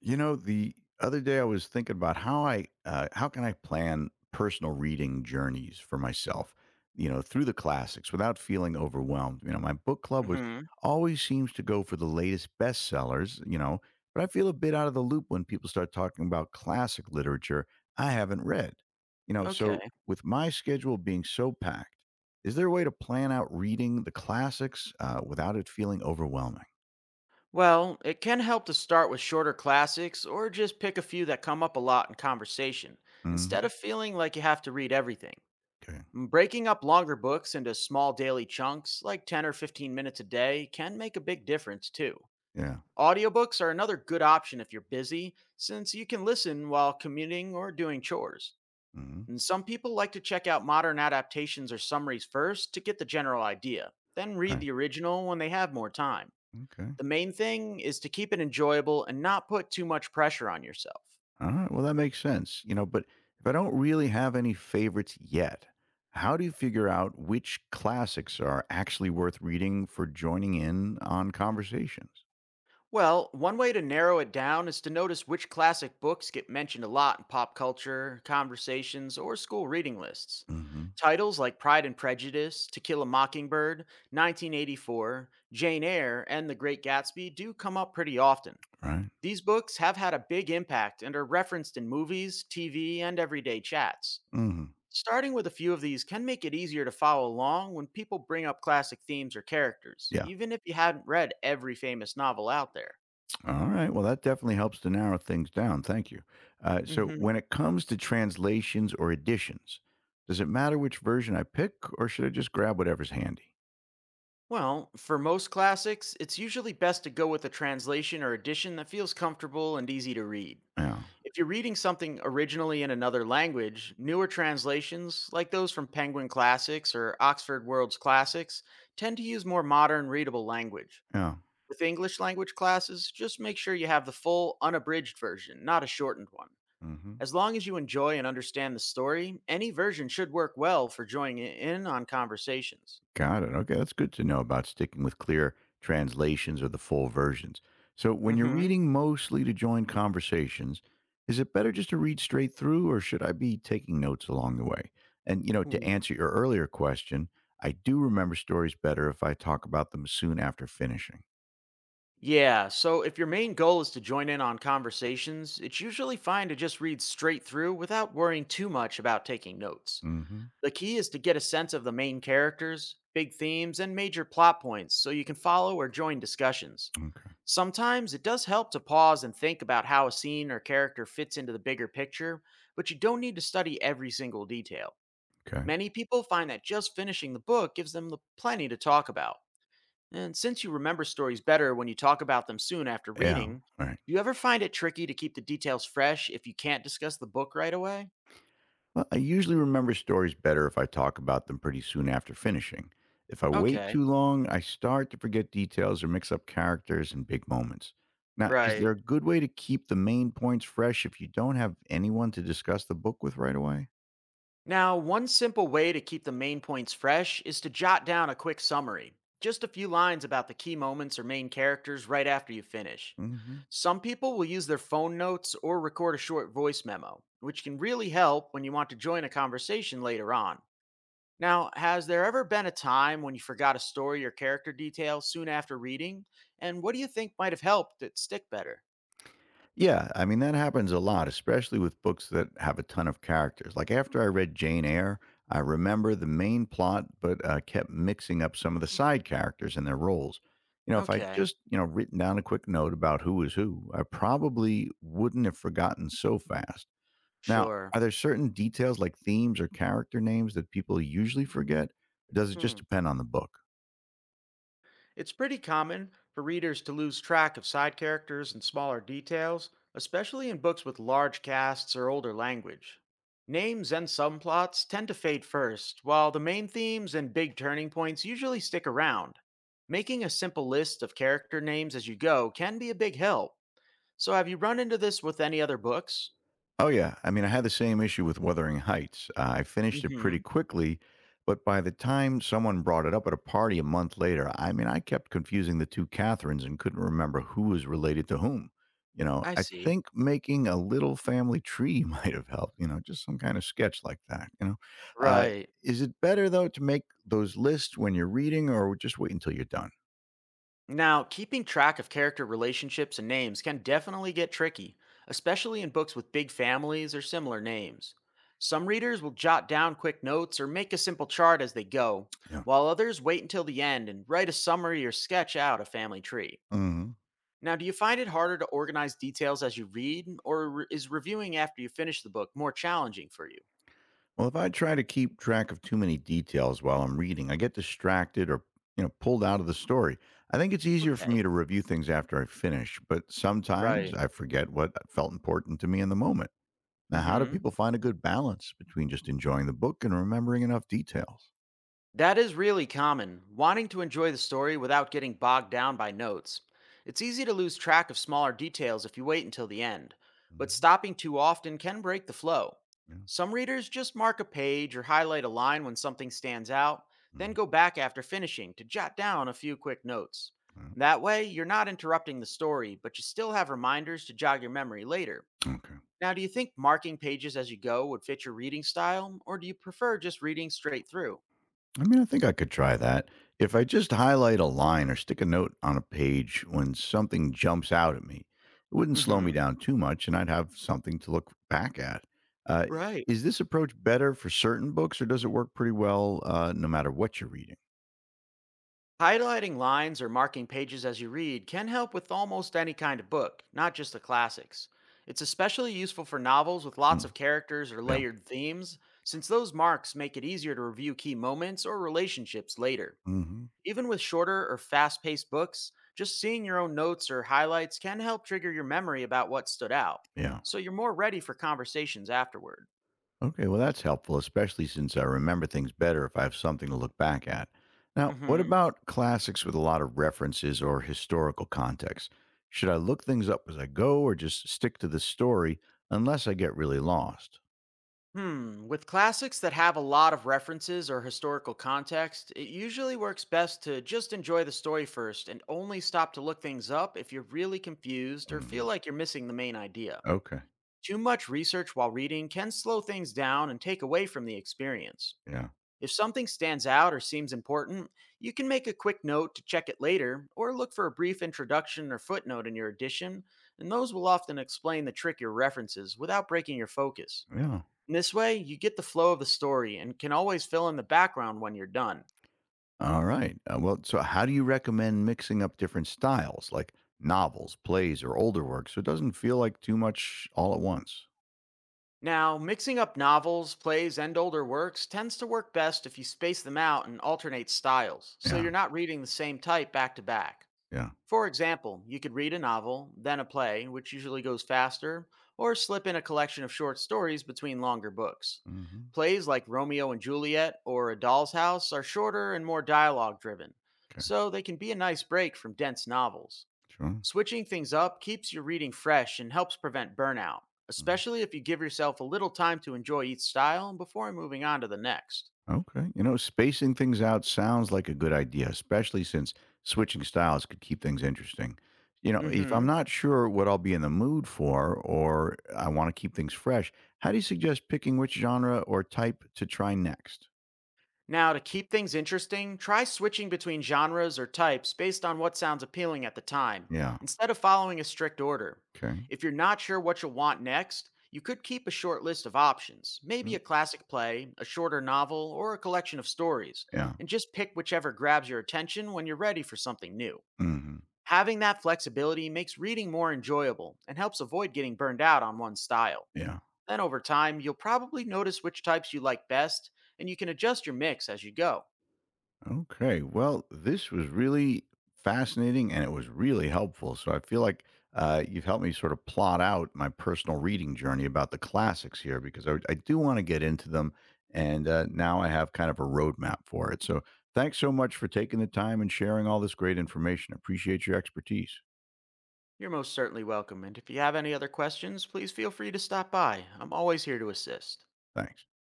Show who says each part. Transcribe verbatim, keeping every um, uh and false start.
Speaker 1: You know, the other day I was thinking about how I uh, how can I plan personal reading journeys for myself, you know, through the classics without feeling overwhelmed. You know, my book club was
Speaker 2: Hmm.
Speaker 1: always seems to go for the latest bestsellers, you know, but I feel a bit out of the loop when people start talking about classic literature I haven't read. You know,
Speaker 2: Okay.
Speaker 1: so with my schedule being so packed, is there a way to plan out reading the classics uh, without it feeling overwhelming?
Speaker 2: Well, it can help to start with shorter classics or just pick a few that come up a lot in conversation instead
Speaker 1: Hmm.
Speaker 2: of feeling like you have to read everything.
Speaker 1: Okay.
Speaker 2: Mm, breaking up longer books into small daily chunks, like ten or fifteen minutes a day, can make a big difference too.
Speaker 1: Yeah.
Speaker 2: Audiobooks are another good option if you're busy, since you can listen while commuting or doing chores.
Speaker 1: Hmm.
Speaker 2: And some people like to check out modern adaptations or summaries first to get the general idea, then read
Speaker 1: Right.
Speaker 2: the original when they have more time.
Speaker 1: Okay.
Speaker 2: The main thing is to keep it enjoyable and not put too much pressure on yourself.
Speaker 1: All right. Well, that makes sense. You know, but if I don't really have any favorites yet, how do you figure out which classics are actually worth reading for joining in on conversations?
Speaker 2: Well, one way to narrow it down is to notice which classic books get mentioned a lot in pop culture, conversations, or school reading lists.
Speaker 1: Hmm.
Speaker 2: Titles like Pride and Prejudice, To Kill a Mockingbird, nineteen eighty-four, Jane Eyre, and The Great Gatsby do come up pretty often.
Speaker 1: Right.
Speaker 2: These books have had a big impact and are referenced in movies, T V, and everyday chats.
Speaker 1: Hmm.
Speaker 2: Starting with a few of these can make it easier to follow along when people bring up classic themes or characters,
Speaker 1: Yeah.
Speaker 2: even if you hadn't read every famous novel out there.
Speaker 1: All right. Well, that definitely helps to narrow things down. Thank you. Uh, so,
Speaker 2: Hmm.
Speaker 1: when it comes to translations or editions, does it matter which version I pick, or should I just grab whatever's handy?
Speaker 2: Well, for most classics, it's usually best to go with a translation or edition that feels comfortable and easy to read.
Speaker 1: Yeah.
Speaker 2: If you're reading something originally in another language, newer translations, like those from Penguin Classics or Oxford World's Classics, tend to use more modern, readable language.
Speaker 1: Yeah.
Speaker 2: With English language classes, just make sure you have the full, unabridged version, not a shortened one.
Speaker 1: Hmm.
Speaker 2: As long as you enjoy and understand the story, any version should work well for joining in on conversations.
Speaker 1: Got it. Okay, that's good to know about sticking with clear translations or the full versions. So, when you're
Speaker 2: Hmm.
Speaker 1: reading mostly to join conversations, is it better just to read straight through or should I be taking notes along the way? And, you know, to
Speaker 2: Ooh.
Speaker 1: answer your earlier question, I do remember stories better if I talk about them soon after finishing.
Speaker 2: Yeah, so if your main goal is to join in on conversations, it's usually fine to just read straight through without worrying too much about taking notes.
Speaker 1: Hmm.
Speaker 2: The key is to get a sense of the main characters, big themes, and major plot points so you can follow or join discussions.
Speaker 1: Okay.
Speaker 2: Sometimes it does help to pause and think about how a scene or character fits into the bigger picture, but you don't need to study every single detail.
Speaker 1: Okay.
Speaker 2: Many people find that just finishing the book gives them the plenty to talk about. And since you remember stories better when you talk about them soon after
Speaker 1: Yeah.
Speaker 2: reading,
Speaker 1: All right.
Speaker 2: do you ever find it tricky to keep the details fresh if you can't discuss the book right away?
Speaker 1: Well, I usually remember stories better if I talk about them pretty soon after finishing. If I wait
Speaker 2: Okay.
Speaker 1: too long, I start to forget details or mix up characters and big moments. Now, is there
Speaker 2: Right.
Speaker 1: a good way to keep the main points fresh if you don't have anyone to discuss the book with right away?
Speaker 2: Now, one simple way to keep the main points fresh is to jot down a quick summary, just a few lines about the key moments or main characters right after you finish.
Speaker 1: Hmm.
Speaker 2: Some people will use their phone notes or record a short voice memo, which can really help when you want to join a conversation later on. Now, has there ever been a time when you forgot a story or character detail soon after reading? And what do you think might have helped it stick better?
Speaker 1: Yeah, I mean, that happens a lot, especially with books that have a ton of characters. Like after I read Jane Eyre, I remember the main plot, but uh, kept mixing up some of the side characters and their roles. You know, if I
Speaker 2: Okay,
Speaker 1: just, you know, written down a quick note about who is who, I probably wouldn't have forgotten so fast. Now,
Speaker 2: sure.
Speaker 1: are there certain details like themes or character names that people usually forget? Or does it just
Speaker 2: Hmm.
Speaker 1: depend on the book?
Speaker 2: It's pretty common for readers to lose track of side characters and smaller details, especially in books with large casts or older language. Names and subplots tend to fade first, while the main themes and big turning points usually stick around. Making a simple list of character names as you go can be a big help. So, have you run into this with any other books?
Speaker 1: Oh, yeah. I mean, I had the same issue with Wuthering Heights. Uh, I finished it pretty
Speaker 2: Hmm.
Speaker 1: quickly, but by the time someone brought it up at a party a month later, I mean, I kept confusing the two Catherines and couldn't remember who was related to whom. You know,
Speaker 2: I
Speaker 1: I
Speaker 2: see.
Speaker 1: think making a little family tree might have helped, you know, just some kind of sketch like that, you know. Uh,
Speaker 2: Right.
Speaker 1: is it better, though, to make those lists when you're reading or just wait until you're done?
Speaker 2: Now, keeping track of character relationships and names can definitely get tricky, especially in books with big families or similar names. Some readers will jot down quick notes or make a simple chart as they go,
Speaker 1: Yeah.
Speaker 2: while others wait until the end and write a summary or sketch out a family tree.
Speaker 1: Mhm.
Speaker 2: Now, do you find it harder to organize details as you read, or re- is reviewing after you finish the book more challenging for you?
Speaker 1: Well, if I try to keep track of too many details while I'm reading, I get distracted or you know pulled out of the story. I think it's easier for me
Speaker 2: Okay.
Speaker 1: to review things after I finish, but sometimes
Speaker 2: Right.
Speaker 1: I forget what felt important to me in the moment. Now,
Speaker 2: Mm
Speaker 1: how do
Speaker 2: hmm.
Speaker 1: people find a good balance between just enjoying the book and remembering enough details?
Speaker 2: That is really common, wanting to enjoy the story without getting bogged down by notes. It's easy to lose track of smaller details if you wait until the end, but
Speaker 1: Mhm,
Speaker 2: stopping too often can break the flow.
Speaker 1: yeah,
Speaker 2: Some readers just mark a page or highlight a line when something stands out,
Speaker 1: mhm,
Speaker 2: then go back after finishing to jot down a few quick notes.
Speaker 1: yeah,
Speaker 2: That way, you're not interrupting the story, but you still have reminders to jog your memory later.
Speaker 1: okay.
Speaker 2: Now, do you think marking pages as you go would fit your reading style, or do you prefer just reading straight through?
Speaker 1: I mean, I think I could try that. If I just highlight a line or stick a note on a page when something jumps out at me, it wouldn't
Speaker 2: Mm
Speaker 1: slow me
Speaker 2: hmm.
Speaker 1: down too much and I'd have something to look back at. Uh, i-
Speaker 2: Right.
Speaker 1: is this approach better for certain books or does it work pretty well uh, no matter what you're reading?
Speaker 2: Highlighting lines or marking pages as you read can help with almost any kind of book, not just the classics. It's especially useful for novels with lots
Speaker 1: Mm,
Speaker 2: of characters or
Speaker 1: yeah.
Speaker 2: layered themes, since those marks make it easier to review key moments or relationships later.
Speaker 1: Hmm.
Speaker 2: Even with shorter or fast paced books, just seeing your own notes or highlights can help trigger your memory about what stood out,
Speaker 1: Yeah.
Speaker 2: so you're more ready for conversations afterward.
Speaker 1: Okay, well, that's helpful, especially since I remember things better if I have something to look back at. Now, what
Speaker 2: Hmm.
Speaker 1: about classics with a lot of references or historical context? Should I look things up as I go or just stick to the story unless I get really lost?
Speaker 2: Hmm. With classics that have a lot of references or historical context, it usually works best to just enjoy the story first and only stop to look things up if you're really confused or feel
Speaker 1: Mm,
Speaker 2: like you're missing the main idea.
Speaker 1: okay,
Speaker 2: Too much research while reading can slow things down and take away from the experience.
Speaker 1: yeah,
Speaker 2: If something stands out or seems important, you can make a quick note to check it later or look for a brief introduction or footnote in your edition, and those will often explain the trick your references without breaking your focus.
Speaker 1: yeah.
Speaker 2: And this way, you get the flow of the story and can always fill in the background when you're done.
Speaker 1: All right. Uh, well, so how do you recommend mixing up different styles like novels, plays, or older works so it doesn't feel like too much all at once?
Speaker 2: Now, mixing up novels, plays, and older works tends to work best if you space them out and alternate styles, so
Speaker 1: Yeah,
Speaker 2: you're not reading the same type back to back.
Speaker 1: yeah.
Speaker 2: For example, you could read a novel, then a play, which usually goes faster, or slip in a collection of short stories between longer books.
Speaker 1: Hmm.
Speaker 2: Plays like Romeo and Juliet or A Doll's House are shorter and more dialogue driven,
Speaker 1: Okay,
Speaker 2: so they can be a nice break from dense novels.
Speaker 1: sure.
Speaker 2: Switching things up keeps your reading fresh and helps prevent burnout,
Speaker 1: Mhm.
Speaker 2: especially if you give yourself a little time to enjoy each style before moving on to the next.
Speaker 1: Okay. You know, spacing things out sounds like a good idea, especially since switching styles could keep things interesting. You know, if I'm
Speaker 2: Hmm.
Speaker 1: not sure what I'll be in the mood for or I want to keep things fresh, how do you suggest picking which genre or type to try next?
Speaker 2: Now, to keep things interesting, try switching between genres or types based on what sounds appealing at the time,
Speaker 1: Yeah.
Speaker 2: instead of following a strict order.
Speaker 1: Okay.
Speaker 2: If you're not sure what you'll want next, you could keep a short list of options, maybe
Speaker 1: Mm,
Speaker 2: a classic play, a shorter novel, or a collection of stories,
Speaker 1: yeah.
Speaker 2: and just pick whichever grabs your attention when you're ready for something new.
Speaker 1: Hmm.
Speaker 2: Having that flexibility makes reading more enjoyable and helps avoid getting burned out on one style.
Speaker 1: Yeah.
Speaker 2: Then over time, you'll probably notice which types you like best, and you can adjust your mix as you go.
Speaker 1: Okay. Well, this was really fascinating and it was really helpful. So I feel like uh, you've helped me sort of plot out my personal reading journey about the classics here because I, I do want to get into them. And uh, now I have kind of a roadmap for it. So thanks so much for taking the time and sharing all this great information. Appreciate your expertise.
Speaker 2: You're most certainly welcome, and if you have any other questions, please feel free to stop by. I'm always here to assist.
Speaker 1: Thanks.